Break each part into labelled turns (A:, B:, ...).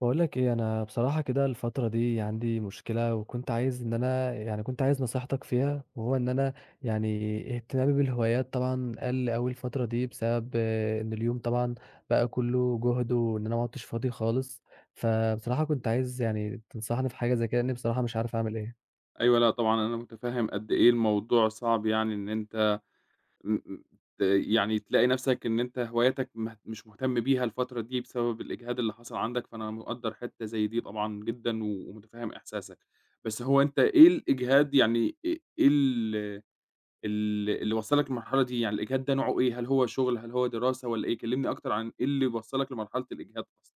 A: باقول لك إيه، أنا بصراحة كده الفترة دي عندي مشكلة وكنت عايز إن أنا يعني كنت عايز نصيحتك فيها، وهو إن أنا يعني اهتمامي بالهوايات طبعًا قَل أوي الفترة دي بسبب إن اليوم طبعًا بقى كُلّه جُهد وإن أنا ما عُدتش فاضي خالص. فبصراحة كنت عايز تنصحني في حاجة زي كده لإني بصراحة مش عارف أعمل إيه.
B: أيوه، لأ طبعًا أنا متفهّم قد إيه الموضوع صعب يعني إن أنت م م ت يعني تلاقي نَفْسك إن أنت هواياتك مش مهتم بيها الفترة دي بسبب الإجهاد اللي حصل عندك، فأنا مقدّر حتّة زي دي طبعًا جدًا ومتفهّم إحساسك. بس هو أنت إيه الإجهاد يعني إيه ال ال اللي وصّلك للمرحلة دي؟ يعني الإجهاد ده نوعه إيه؟ هل هو شُغل، هل هو دراسة والّا إيه؟ كلّمني أكتر عن إيه اللي وصّلك لمرحلة الإجهاد أصلًا؟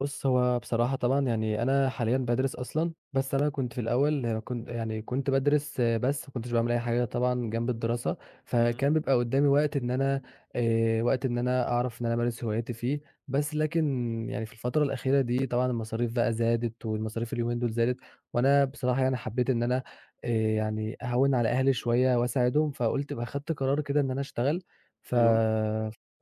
A: بُص، هو بصراحة طبعًا أنا حاليًا بادرس أصلًا، بس أنا كنت في الأول كنت بادرس بس ما كنتش باعمل أي حاجة طبعًا جنب الدراسة،
B: إمم،
A: فكان بيبقى قدامي وقت إن أنا أعرف إن أنا أمارس هواياتي فيه. بس لكن في الفترة الأخيرة دي طبعًا المصاريف بقى زادت، والمصاريف اليومين دول زادت، وأنا بصراحة حبيت إن أنا أهوّن على أهلي شوية وأساعدهم، فقُلت بقى خدت قرار كده إن أنا أشتغل. ف
B: أيوه.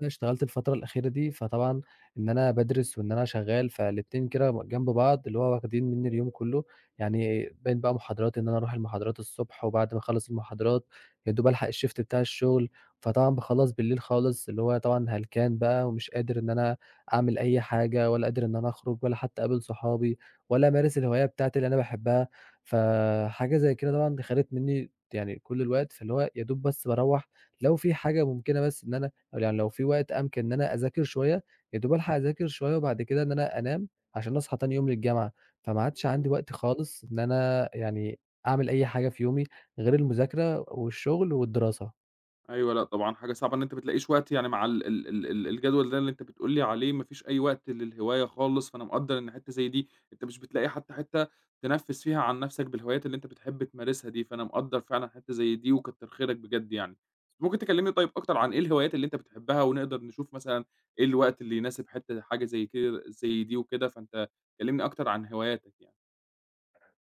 A: اشتغلت الفترة الأخيرة دي، فطبعًا إن أنا بادرس وإن أنا شغّال، فالاتنين كده جنب بعض، اللي هو واخدين منّي اليوم كلّه. يعني بين بقى محاضرات إن أنا أروح المحاضرات الصبح، وبعد ما أخلّص المحاضرات يا دوب ألحق الشيفت بتاع الشغل. فطبعًا باخلّص بالليل خالص، اللي هو طبعًا هلكان بقى ومش قادر إن أنا أعمل أي حاجة، ولا قادر إن أنا أخرج ولا حتى أقابل صحابي، ولا أمارس الهواية بتاعتي اللي أنا باحبها. فحاجة زي كده طبعًا خدت منّي يعني كل الوقت، فاللي هو يا دوب بس باروّح لو في حاجة ممكنة بس إن أنا أو يعني لو في وقت أمكن إن أنا أذاكر شوية يا دوب ألحق أذاكر شوية وبعد كده إن أنا أنام، عشان أصحى تاني يوم للجامعة. فما عادش عندي وقت خالص إن أنا يعني أعمل أي حاجة في يومي غير المذاكرة والشغل والدراسة.
B: أيوه، لأ طبعًا حاجة صعبة إن أنت ما تلاقيش وقت يعني مع ال ال ال ال الجدول ده اللي أنت بتقول لي عليه ما فيش أي وقت للهواية خالص، فأنا مقدّر إن حتّة زي دي أنت مش بتلاقي حتى حتّة تنفِّس فيها عن نَفْسك بالهوايات اللي أنت بتحب تمارسها دي، فأنا مقدّر فعلًا حتّة زي دي وكتّر خيرك بجد يعني. ممكن تكلّمني طيب أكتر عن إيه الهوايات اللي أنت بتحبها ونقدر نشوف مثلًا إيه الوقت اللي يناسب حتّة حاجة زي كده زي دي وكده، فأنت كلّمني أكتر عن هواياتك يعني.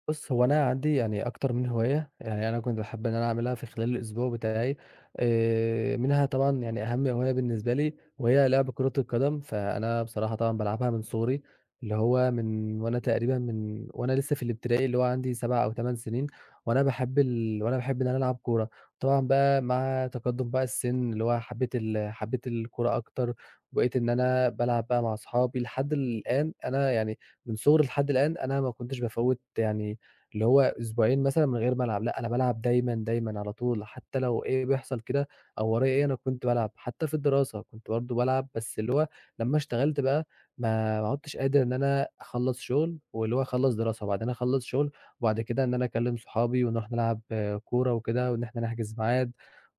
A: بُص، هو أنا عندي أكتر من هواية، يعني أنا كنت باحب إن أنا أعملها في خلال الأسبوع بتاعي. منها طبعًا أهم هواية بالنسبة لي وهي لعب كرة القدم، فأنا بصراحة طبعًا بالعبها من صغري، اللي هو من وأنا لسه في الابتدائي اللي هو عندي 7 أو 8 سنين. وأنا باحب إن أنا ألعب كورة. طبعًا بقى مع تقدم بقى السن اللي هو حبيت الكورة أكتر، وبقيت إن أنا بالعب بقى مع أصحابي لحد الآن. أنا يعني من صغري لحد الآن أنا ما كنتش بافوّت يعني اللي هو أسبوعين مثلًا من غير ما ألعب، لأ أنا بالعب دايمًا، دايمًا على طول، حتى لو إيه بيحصل كده أو ورايا إيه
B: إمم،
A: أنا كنت بالعب، حتى في الدراسة كنت برضه بالعب. بس اللي هو لمّا اشتغلت بقى ما عُدتش قادر إن أنا أخلّص شغل، واللي هو أخلّص دراسة، وبعدين أخلّص شغل، وبعد كده إن أنا أكلم صحابي ونروح نلعب كورة وكده، وإن إحنا نحجز ميعاد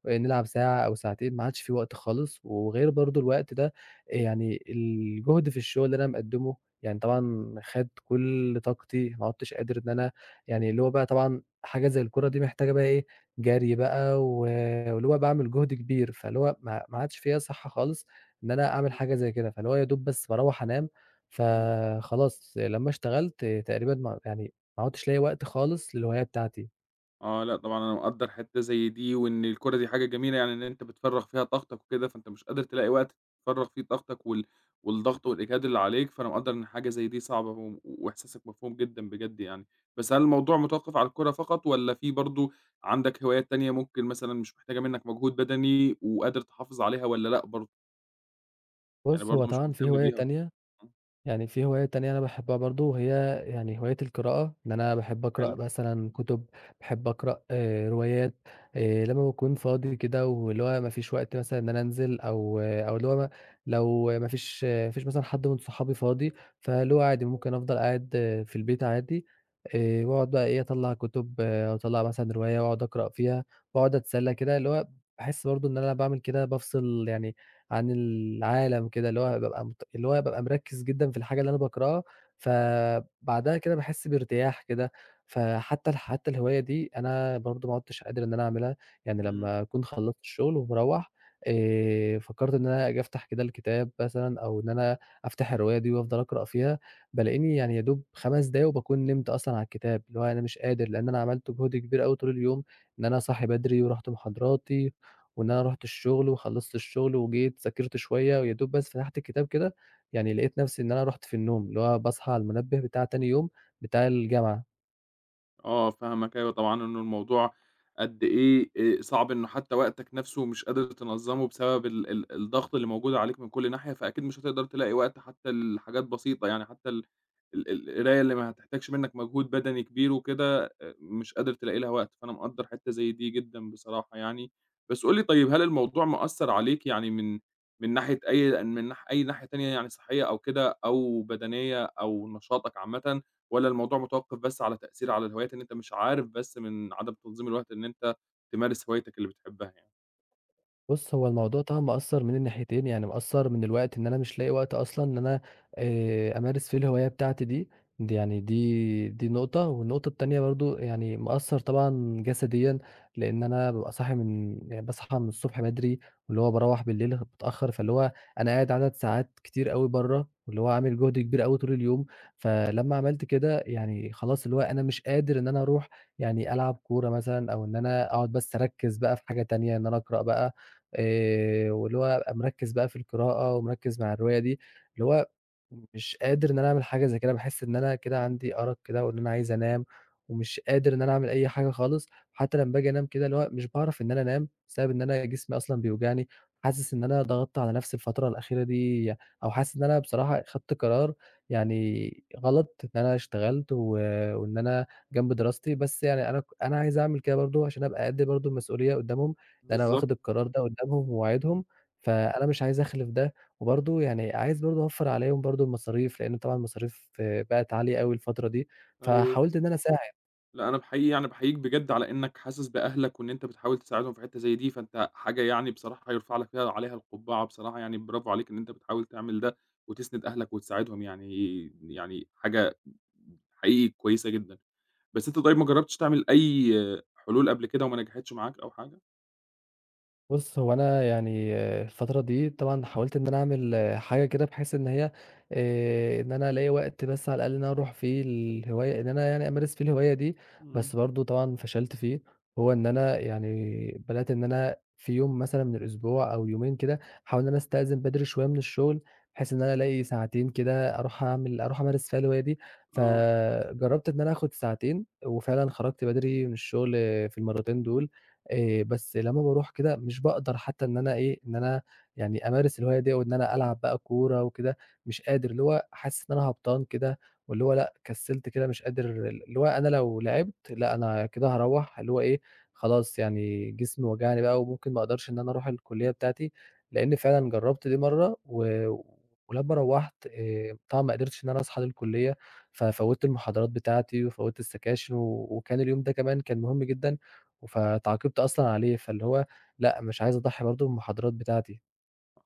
A: نلعب ساعة أو ساعتين، ما عادش في وقت خالص. وغير برضه الوقت ده يعني الجهد في الشغل اللي أنا مقدّمه يعني طبعًا خَد كل طاقتي، ما عُدتش قادر إن أنا اللي هو بقى طبعًا حاجة زي الكورة دي محتاجة بقى إيه، جري بقى و واللي هو باعمل جهد كبير. فاللي هو ما عادش فيّا صحّة خالص إن أنا أعمل
B: بالضبط.
A: حاجة زي كده، فاللي هو يا دوب بس باروّح أنام.
B: إمم.
A: فخلاص لمّا اشتغلت تقريبًا ما عُدتش لاقي وقت خالص للهواية بتاعتي.
B: آه، لأ طبعًا أنا مقدّر حتّة زي دي، وإن الكورة دي حاجة جميلة يعني إن أنت بتفرّغ فيها طاقتك وكده، فأنت مش قادر تلاقي وقت تفرّغ فيه طاقتك والضغط والإجهاد اللي عليك، فأنا مقدّر إن حاجة زي دي صعبة وإحساسك مفهوم جدًا بجد يعني. بس هل الموضوع متوقّف على الكورة فقط والّا في برضه عندك هوايات تانية ممكن مثلًا مش محتاجة منّك مجهود بدني وقادر تحافظ عليها والّا لأ برضه؟ يعني
A: بُص، هو
B: برضه مش
A: طبعًا
B: مهتم بيها؟ آه،
A: في هواية تانية أنا باحبها برضه وهي هواية القراءة. إن أنا باحب أقرأ
B: حلو.
A: مثلًا كُتب، باحب أقرأ روايات. لمّا باكون فاضي كده واللي هو ما فيش وقت مثلًا إن أنا أنزل أو اللي هو ما لو ما فيش مثلًا حد من صحابي فاضي. فاللي هو عادي ممكن أفضل قاعد في البيت عادي. وأقعد بقى إيه أطلّع كُتب أو أطلّع مثلًا رواية وأقعد أقرأ فيها وأقعد أتسلى كده، اللي هو باحس برضه إن أنا باعمل كده بافصل يعني عن العالم كده، اللي هو بابقى مركّز جدًا في الحاجة اللي أنا باكرهها، فبعدها كده باحس بارتياح كده. فحتى حتى الهواية دي أنا برضه ما عُدتش قادر إن أنا أعملها. يعني
B: إمم.
A: لمّا أكون خلّصت الشغل ومروّح فكّرت إن أنا آجي أفتح كده الكتاب مثلًا أو إن أنا أفتح الرواية دي وأفضل أقرأ فيها، بالاقيني يعني يا دوب 5 دقايق وباكون نمت أصلًا على الكتاب، اللي هو أنا مش قادر، لإن أنا عملت جهد كبير أوي طول اليوم، إن أنا صاحي بدري ورُحت محاضراتي وإن أنا رُحت الشغل وخلّصت الشغل وجيت ذاكرت شوية ويا دوب بس فتحت الكتاب كده، يعني لقيت نفسي إن أنا رُحت في النوم، اللي هو باصحى على المنبه بتاع تاني يوم بتاع الجامعة.
B: آه، فاهمك أيوه طبعًا، إنه الموضوع قد إيه صعب إنه حتى وقتك نَفْسه مش قادر تنظّمه بسبب ال ال الضغط اللي موجود عليك من كل ناحية، فأكيد مش هتقدر تلاقي وقت حتى لحاجات بسيطة يعني، حتى القراية اللي ما هتحتاجش منّك مجهود بدني كبير وكده مش قادر تلاقي لها وقت، فأنا مقدّر حتّة زي دي جدًا بصراحة يعني. بس قُل لي طيب هل الموضوع مأثّر عليك يعني من ناحية أي ناحية تانية يعني صحّية أو كده أو بدنية أو نشاطك عامةً؟ والّا الموضوع متوقف بس على تأثير على الهوايات إن أنت مش عارف بس من عدم تنظيم الوقت إن أنت تمارس هوايتك اللي بتحبها يعني؟
A: بُص، هو الموضوع طبعًا مأثّر من الناحيتين، يعني مأثّر من الوقت إن أنا مش لاقي وقت أصلًا إن أنا أمارس فيه الهواية بتاعتي دي. دي نقطة، والنقطة التانية برضه يعني مأثّر طبعًا جسديًا، لإن أنا بابقى صاحي من يعني باصحى من الصبح بدري، واللي هو باروّح بالليل متأخّر. فاللي هو أنا قاعد عدد ساعات كتير أوي برّه، واللي هو عامل جهد كبير أوي طول اليوم. فلمّا عملت كده خلاص اللي هو أنا مش قادر إن أنا أروح ألعب كورة مثلًا، أو إن أنا أقعد بس أركّز بقى في حاجة تانية، إن أنا أقرأ بقى واللي هو أبقى مركّز بقى في القراءة ومركّز مع الرواية دي، اللي هو مش قادر إن أنا أعمل حاجة زي كده. باحس إن أنا كده عندي أرق كده وإن أنا عايز أنام ومش قادر إن أنا أعمل أي حاجة خالص، حتى لمّا باجي أنام كده اللي هو مش باعرف إن أنا أنام، بسبب إن أنا جسمي أصلًا بيوجعني. حاسس إن أنا ضغطت على نفسي الفترة الأخيرة دي، أو حاسس إن أنا بصراحة خدت قرار يعني غلط إن أنا اشتغلت وإن أنا جنب دراستي، بس يعني أنا عايز أعمل كده برضه عشان أبقى قد برضه المسؤولية قدّامهم. ده أنا
B: بالضبط،
A: واخد القرار ده قدّامهم
B: إمم،
A: وواعدهم، فأنا مش عايز أخلف ده. وبرضه يعني عايز برضه أوفّر عليهم برضه المصاريف، لإن طبعًا المصاريف بقت عالية أوي الفترة دي،
B: أيوه.
A: فحاولت إن أنا أساعد.
B: لأ أنا بحقيقي يعني باحييك بجد على إنك حاسس بأهلك وإن أنت بتحاول تساعدهم في حتّة زي دي، فأنت حاجة يعني بصراحة يُرفع لك فيها عليها القبعة بصراحة يعني برافو عليك إن أنت بتحاول تعمل ده وتسند أهلك وتساعدهم يعني حاجة حقيقي كويسة جدًا. بس أنت طيب ما جرّبتش تعمل أي حلول قبل كده وما نجحتش معاك أو حاجة؟
A: بُص، هو أنا الفترة دي طبعًا حاولت إن أنا أعمل حاجة كده بحيث إن هي إن أنا ألاقي وقت بس على الأقل إن أنا أروح فيه الهواية إن أنا يعني أمارس فيه الهواية دي،
B: إمم،
A: بس برضه طبعًا فشلت فيه. هو إن أنا يعني بدأت إن أنا في يوم مثلًا من الأسبوع أو يومين كده أحاول إن أنا أستأذن بدري شوية من الشغل، بحيث إن أنا ألاقي ساعتين كده أروح أعمل أروح أمارس فيها الهواية دي،
B: آه.
A: فجرّبت إن أنا آخد ساعتين وفعلًا خرجت بدري من الشغل في المرّتين دول. بس لمّا باروح كده مش باقدر حتى إن أنا أمارس الهواية دي أو إن أنا ألعب بقى كورة وكده، مش قادر، اللي هو حاسس إن أنا هبطان كده واللي هو لأ، كسلت كده مش قادر اللي هو أنا لو لعبت لأ، أنا كده هاروّح اللي هو إيه، خلاص يعني جسمي وجعني بقى وممكن ما أقدرش إن أنا أروح الكلية بتاعتي، لإن فعلًا جرّبت دي مرّة ولمّا روّحت طبعًا ما قدرتش إن أنا أصحى للكلية، ففوّتت المحاضرات بتاعتي وفوّتت السكاشن وكان اليوم ده كمان كان مهم جدًا، فتعاقبت أصلًا عليه، فاللي هو لأ، مش عايز أضحّي برضه بالمحاضرات بتاعتي.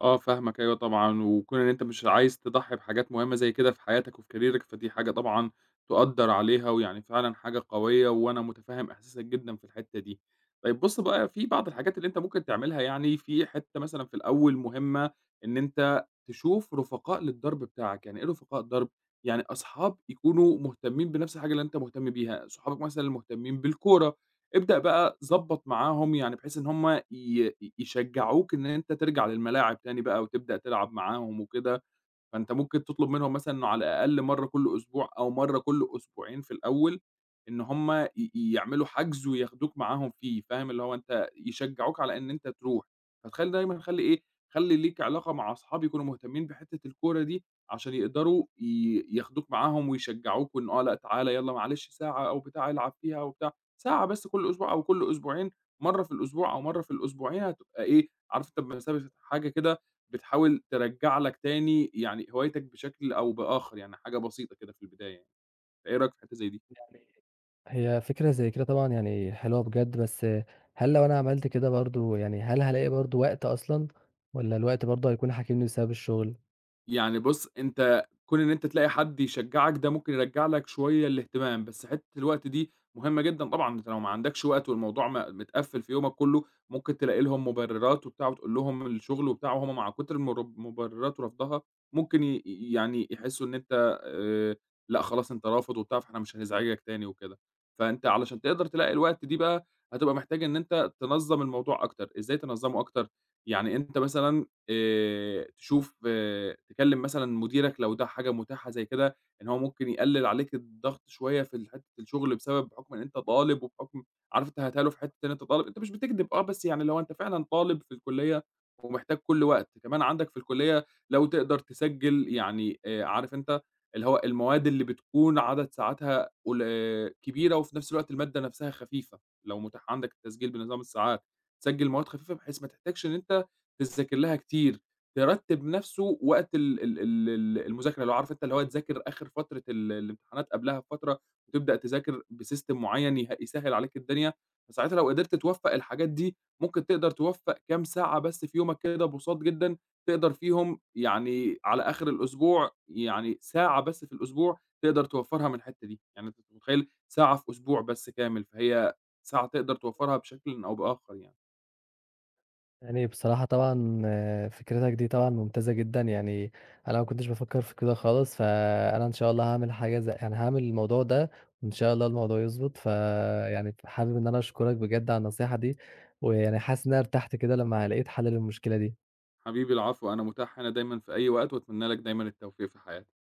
B: آه فاهمك أيوه طبعًا، وكون إن أنت مش عايز تضحّي بحاجات مهمة زي كده في حياتك وفي كاريرك، فدي حاجة طبعًا تُقدّر عليها ويعني فعلًا حاجة قوية، وأنا متفهّم إحساسك جدًا في الحتّة دي. طيب بُص بقى، في بعض الحاجات اللي أنت ممكن تعملها يعني في حتّة مثلًا في الأول مهمة، إن أنت تشوف رفقاء للدرب بتاعك، يعني إيه رفقاء درب؟ يعني أصحاب يكونوا مهتمين بنفس الحاجة اللي أنت مهتم بيها، صحابك مثلًا المهتمين بالكورة، ابدأ بقى ضبّط معاهم يعني بحيث إن هُم يشجّعوك إن أنت ترجع للملاعب تاني بقى وتبدأ تلعب معاهم وكده فأنت ممكن تطلب منهم مثلًا إنه على الأقل مرّة كل أسبوع أو مرّة كل أسبوعين في الأول، إن هم يعملوا حجز وياخدوك معاهم فيه، فاهم؟ اللي هو أنت يشجعوك على إن أنت تروح، فتخلّي دايمًا خلّي إيه، خلّي ليك علاقة مع أصحاب يكونوا مهتمين بحتّة الكورة دي، عشان يقدروا ياخدوك معاهم ويشجعوك وإن آه لأ تعالَ يالّا معلش ساعة أو بتاع العب فيها وبتاع، ساعة بس كل أسبوع أو كل أسبوعين، مرّة في الأسبوع أو مرّة في الأسبوعين هتبقى إيه، عارف أنت بمثابة حاجة كده بتحاول ترجّع لك تاني يعني هوايتك بشكل أو بآخر، يعني حاجة بسيطة كده في البداية يعني، فإيه رأيك في حتّة زي دي؟
A: يعني هي فكرة زي كده طبعًا حلوة بجد، بس هل لو أنا عملت كده برضه هل هالاقي برضه وقت أصلًا والّا الوقت برضه هيكون حاكمني بسبب الشغل؟
B: يعني بُص، أنت كون إن أنت تلاقي حد يشجّعك ده ممكن يرجّع لك شوية الاهتمام، بس حتّة الوقت دي مهمة جدًا طبعًا، أنت لو ما عندكش وقت والموضوع متقفّل في يومك كلّه، ممكن تلاقي لهم مبررات وبتاع وتقول لهم الشغل وبتاع وهُم مع كتر مبررات ورفضها ممكن يعني يحسّوا إن أنت لأ خلاص أنت رافض وبتاع فإحنا مش هنزعجك تاني وكده. فأنت علشان تقدر تلاقي الوقت دي بقى هتبقى محتاج إن أنت تنظّم الموضوع أكتر، إزاي تنظّمه أكتر؟ يعني أنت مثلًا تشوف تكلّم مثلًا مديرك لو ده حاجة متاحة زي كده، إن هو ممكن يقلِّل عليك الضغط شوية في حتّة الشغل بسبب بحُكم إن أنت طالب وبحُكم عارف أنت هتقاله في حتّة إن أنت طالب، أنت مش بتكدب آه، بس يعني لو أنت فعلًا طالب في الكُلّية ومحتاج كل وقت، كمان عندك في الكُلّية لو تقدر تسجِّل يعني عارف أنت اللي هو المواد اللي بتكون عدد ساعاتها قل آه، كبيرة وفي نفس الوقت المادة نفسها خفيفة، لو مُتاح عندك التسجيل بنظام الساعات، سجِّل مواد خفيفة بحيث ما تحتاجش إن أنت تذاكر لها كتير، ترتّب نَفْسه وقت ال ال ال ال المذاكرة، اللي هو عارف أنت اللي هو تذاكر آخِر فترة الامتحانات قبلها بفترة وتبدأ تذاكر بsystem معيّن يسهِّل عليك الدنيا، فساعتها لو قدرت توفّق الحاجات دي، ممكن تقدر توفّق كام ساعة بس في يومك كده بُساط جدًا، تقدر فيهم يعني على آخِر الأسبوع يعني ساعة بس في الأسبوع تقدر توفّرها من الحتّة دي، يعني أنت متخيّل ساعة في أسبوع بس كامل، فهي ساعة تقدر توفّرها بشكلٍ أو بآخَر يعني.
A: بصراحة طبعًا فكرتك دي طبعًا ممتازة جدًا، يعني أنا ما كنتش بافكّر في كده خالص، فأنا إن شاء الله هاعمل حاجة زي يعني هاعمل الموضوع ده وإن شاء الله الموضوع يضبط، حابب إن أنا أشكرك بجد على النصيحة دي، حاسس إن أنا ارتحت كده لمّا لقيت حل للمشكلة دي.
B: حبيبي العفو، أنا متاح هنا دايمًا في أي وقت، وأتمنى لك دايمًا التوفيق في حياتك.